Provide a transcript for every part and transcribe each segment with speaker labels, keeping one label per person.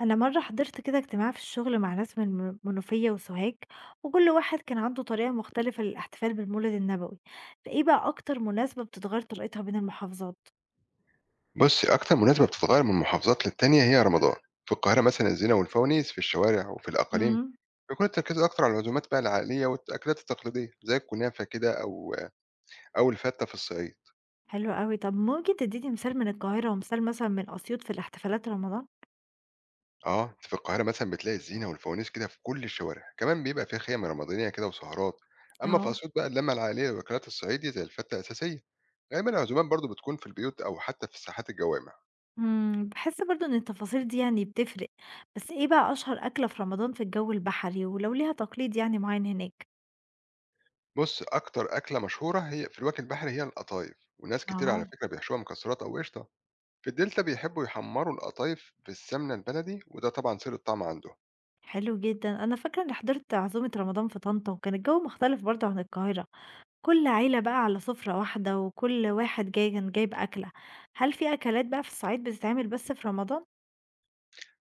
Speaker 1: أنا مرة حضرت كده اجتماع في الشغل مع ناس من منوفية وسوهاج وكل واحد كان عنده طريقة مختلفة للاحتفال بالمولد النبوي. فإيه بقى أكتر مناسبة بتتغير طريقتها بين المحافظات؟
Speaker 2: بصي أكتر مناسبة بتتغير من محافظات للتانية هي رمضان. في القاهرة مثلا الزينة والفوانيس في الشوارع، وفي الأقاليم
Speaker 1: مم.
Speaker 2: بيكون التركيز أكتر على العزومات بقى العائلية والأكلات التقليدية زي الكنافة كده أو الفتة في الصعيد.
Speaker 1: حلو قوي. طب ممكن تديني مثال من القاهرة ومثال مثلا من أسيوط في الاحتفالات رمضان؟
Speaker 2: اه، أنت في القاهرة مثلا بتلاقي الزينة والفوانيس كده في كل الشوارع، كمان بيبقى فيها خيام رمضانية كده وسهرات. أما في
Speaker 1: اه،
Speaker 2: أسيوط بقى اللمة العائلية وأكلات الصعيدي زي الفتة أساسية. غالبا العزومات برضو بتكون في البيوت أو حتى في ساحات الجوامع.
Speaker 1: بحس برضو إن التفاصيل دي بتفرق. بس إيه بقى أشهر أكلة في رمضان في الجو البحري ولو ليها تقليد معين هناك؟
Speaker 2: بص، أكتر أكلة مشهورة هي في الوجه البحري هي القطايف، وناس كتير
Speaker 1: اه،
Speaker 2: على فكرة بيحشوها مكسرات أو قشطة. في الدلتا بيحبوا يحمروا القطايف في السمنة البلدي، وده طبعا سر الطعم عندهم.
Speaker 1: حلو جدا. انا فاكره اني حضرت عزومه رمضان في طنطا وكان الجو مختلف برضه عن القاهره، كل عيلة بقى على سفرة واحدة وكل واحد جاي كان جايب أكلة. هل في أكلات بقى في الصعيد بتتعمل بس في رمضان؟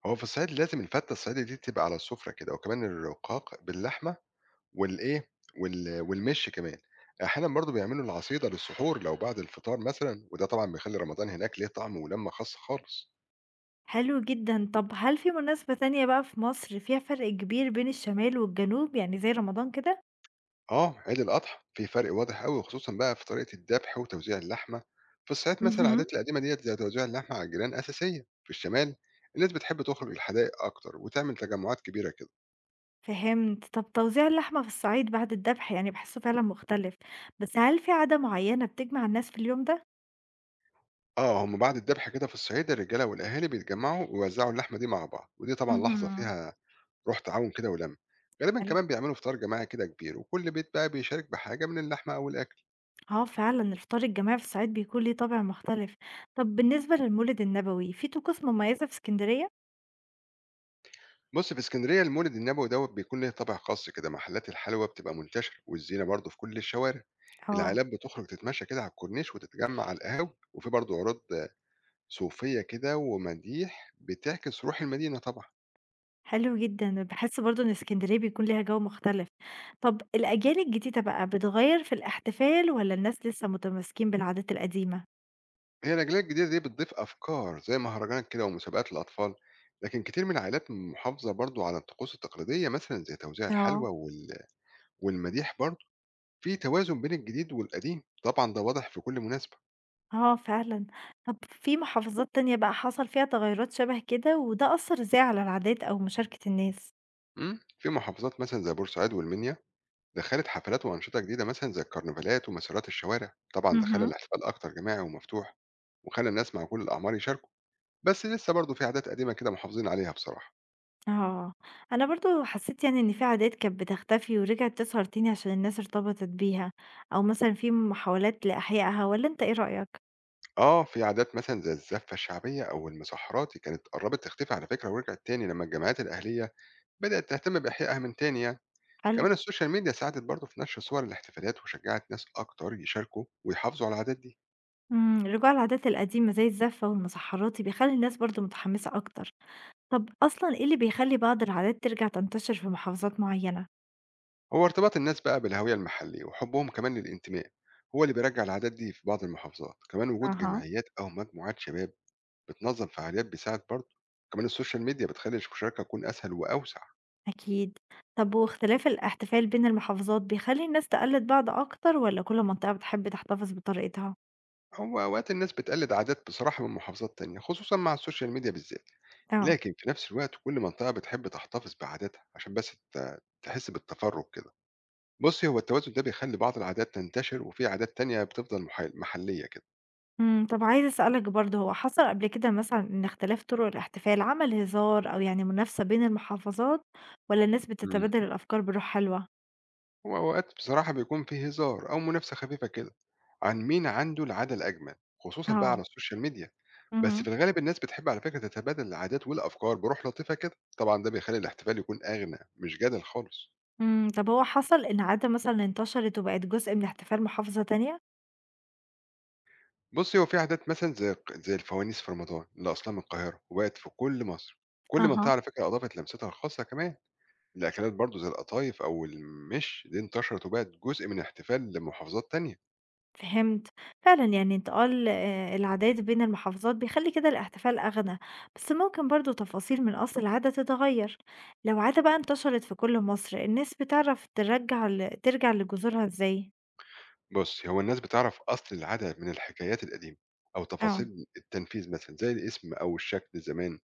Speaker 2: هو في الصعيد لازم الفتة الصعيدي دي تبقى على السفرة كده، وكمان الرقاق باللحمة والإيه والمش كمان. أحيانا برضو بيعملوا العصيدة للسحور لو بعد الفطار مثلا، وده طبعا بيخلي رمضان هناك ليه طعم ولمة خاصة خالص.
Speaker 1: حلو جدا. طب هل في مناسبة تانية بقى في مصر فيها فرق كبير بين الشمال والجنوب زي رمضان كده؟
Speaker 2: آه، عيد الأضحى في فرق واضح قوي خصوصا بقى في طريقة الذبح وتوزيع اللحمة. في الصعيد مثلا
Speaker 1: مهم.
Speaker 2: العادات القديمة ديت زي توزيع اللحمة على الجيران أساسية. في الشمال الناس بتحب تخرج الحدائق أكتر وتعمل تجمعات كبيرة كده.
Speaker 1: فهمت. طب توزيع اللحمة في الصعيد بعد الذبح بحسه فعلا مختلف، بس هل في عادة معينة بتجمع الناس في اليوم ده؟
Speaker 2: آه، هم بعد الذبح كده في الصعيد الرجالة والأهالي بيتجمعوا ويوزعوا اللحمة دي مع بعض، ودي طبعًا لحظة
Speaker 1: مهم.
Speaker 2: فيها روح تعاون كده ولمة. غالبًا
Speaker 1: حلو.
Speaker 2: كمان بيعملوا فطار جماعي كده كبير، وكل بيت بقى بيشارك بحاجة من اللحمة أو الأكل.
Speaker 1: اه فعلا الفطار الجماعي في الصعيد بيكون ليه طابع مختلف. طب بالنسبة للمولد النبوي في طقوس مميزة في اسكندرية؟
Speaker 2: بُص، في اسكندرية المولد النبوي دوّة بيكون ليه طابع خاص كده، محلات الحلوى بتبقى منتشرة، والزينة برضه في كل الشوارع.
Speaker 1: اه،
Speaker 2: العائلات بتخرج تتمشى كده على الكورنيش وتتجمع على القهاوي، وفي برضه عروض صوفية كده ومديح بتعكس روح المدينة طبعًا.
Speaker 1: حلو جدًا، باحس برضه إن إسكندرية بيكون ليها جو مختلف. طب الأجيال الجديدة بقى بتغيّر في الاحتفال والّا الناس لسه متمسكين بالعادات القديمة؟
Speaker 2: هي الأجيال الجديدة دي بتضيف أفكار زي مهرجانات كده ومسابقات للأطفال، لكن كتير من العائلات محافظة برضو على الطقوس التقليدية مثلا زي توزيع الحلوى
Speaker 1: آه.
Speaker 2: وال... والمديح برضو. في توازن بين الجديد والقديم، طبعا ده واضح في كل مناسبة.
Speaker 1: آه فعلًا. طب في محافظات تانية بقى حصل فيها تغيرات شبه كده، وده أثّر إزاي على العادات أو مشاركة الناس؟
Speaker 2: مم. في محافظات مثلا زي بورسعيد والمنيا دخلت حفلات وأنشطة جديدة مثلا زي الكرنفالات ومسارات الشوارع، طبعا ده خلى
Speaker 1: اهم.
Speaker 2: الاحتفال أكتر جماعي ومفتوح وخلى الناس مع كل الأعمار يشاركوا. بس لسه برضو في عادات قديمة كده محافظين عليها بصراحة.
Speaker 1: آه. أنا برضه حسيت إن في عادات كانت بتختفي ورجعت تظهر تاني عشان الناس ارتبطت بيها، أو مثلًا في محاولات لإحيائها والّا أنت إيه رأيك؟
Speaker 2: آه، في عادات مثلًا زي الزفة الشعبية أو المسحّرات اللي كانت قرّبت تختفي على فكرة ورجعت تاني لمّا الجمعيات الأهلية بدأت تهتم بإحيائها من تاني يعني.
Speaker 1: حلو.
Speaker 2: كمان السوشيال ميديا ساعدت برضه في نشر صور الاحتفالات وشجّعت ناس أكتر يشاركوا ويحافظوا على العادات دي.
Speaker 1: إمم، رجوع العادات القديمة زي الزفة والمسحّراتي بيخلّي الناس برضه متحمسة أكتر. طب أصلًا إيه اللي بيخلّي بعض العادات ترجع تنتشر في محافظات معيّنة؟
Speaker 2: هو ارتباط الناس بقى بالهوية المحلية وحُبّهم كمان للانتماء هو اللي بيرجّع العادات دي في بعض المحافظات، كمان وجود
Speaker 1: أها.
Speaker 2: جمعيات أو مجموعات شباب بتنظّم فعاليات بيساعد برضه، كمان السوشيال ميديا بتخلّي المشاركة تكون أسهل وأوسع.
Speaker 1: أكيد. طب واختلاف الاحتفال بين المحافظات بيخلّي الناس تقلِّد بعض أكتر والّا كل منطقة بتحب تحتفظ بطريقتها؟
Speaker 2: هو أوقات الناس بتقلد عادات بصراحة من محافظات تانية خصوصا مع السوشيال ميديا بالذات،
Speaker 1: آه،
Speaker 2: لكن في نفس الوقت كل منطقة بتحب تحتفظ بعاداتها عشان بس تحس بالتفرغ كده. بصي، هو التوازن ده بيخلي بعض العادات تنتشر وفي عادات تانية بتفضل محلية كده.
Speaker 1: إمم، طب عايزة أسألك برضه، هو حصل قبل كده مثلًا إن اختلاف طرق الاحتفال عمل هزار أو منافسة بين المحافظات والّا الناس
Speaker 2: مم.
Speaker 1: بتتبادل الأفكار بروح حلوة؟
Speaker 2: هو أوقات بصراحة بيكون فيه هزار أو منافسة خفيفة كده عن مين عنده العادة الأجمل خصوصا بقى على
Speaker 1: آه.
Speaker 2: السوشيال ميديا. بس في
Speaker 1: اهم.
Speaker 2: الغالب الناس بتحب على فكرة تتبادل العادات والأفكار بروح لطيفة كده، طبعا ده بيخلي الاحتفال يكون أغنى مش جدل خالص.
Speaker 1: إمم، طب هو حصل العادة مثلًا انتشرت وبقت جزء من احتفال محافظة تانية؟
Speaker 2: بُصّي، هو في عادات مثلًا زي زي الفوانيس في رمضان اللي أصلها من القاهرة وبقت في كل مصر. كل منطقة
Speaker 1: أها،
Speaker 2: على فكرة أضافت لمستها الخاصة كمان. الأكلات برضه زي القطايف أو المِش دي انتشرت وبقت جزء من احتفال لمحافظات تانية.
Speaker 1: فهمت، فعلًا انتقال العادات بين المحافظات بيخلّي كده الاحتفال أغنى، بس ممكن برضه تفاصيل من أصل العادة تتغيّر. لو عادة بقى انتشرت في كل مصر الناس بتعرف ترجّع ل ترجع لجذورها إزاي؟
Speaker 2: بُصّي، هو الناس بتعرف أصل العادة من الحكايات القديمة أو
Speaker 1: آه،
Speaker 2: تفاصيل التنفيذ مثلًا زي الاسم أو الشكل زمان.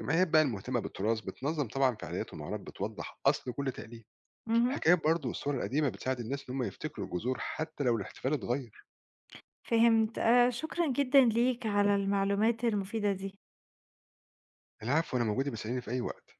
Speaker 2: الجمعيات بقى المهتمة بالتراث بتنظم طبعًا فعاليات ومعارض بتوضّح أصل كل تقليد.
Speaker 1: اهم،
Speaker 2: الحكايات برضه والصور القديمة بتساعد الناس إن هم يفتكروا الجذور حتى لو الاحتفال اتغيّر.
Speaker 1: فهمت، شكرًا جدًا ليك على المعلومات المفيدة دي.
Speaker 2: العفو، أنا موجود، باسأليني في أي وقت.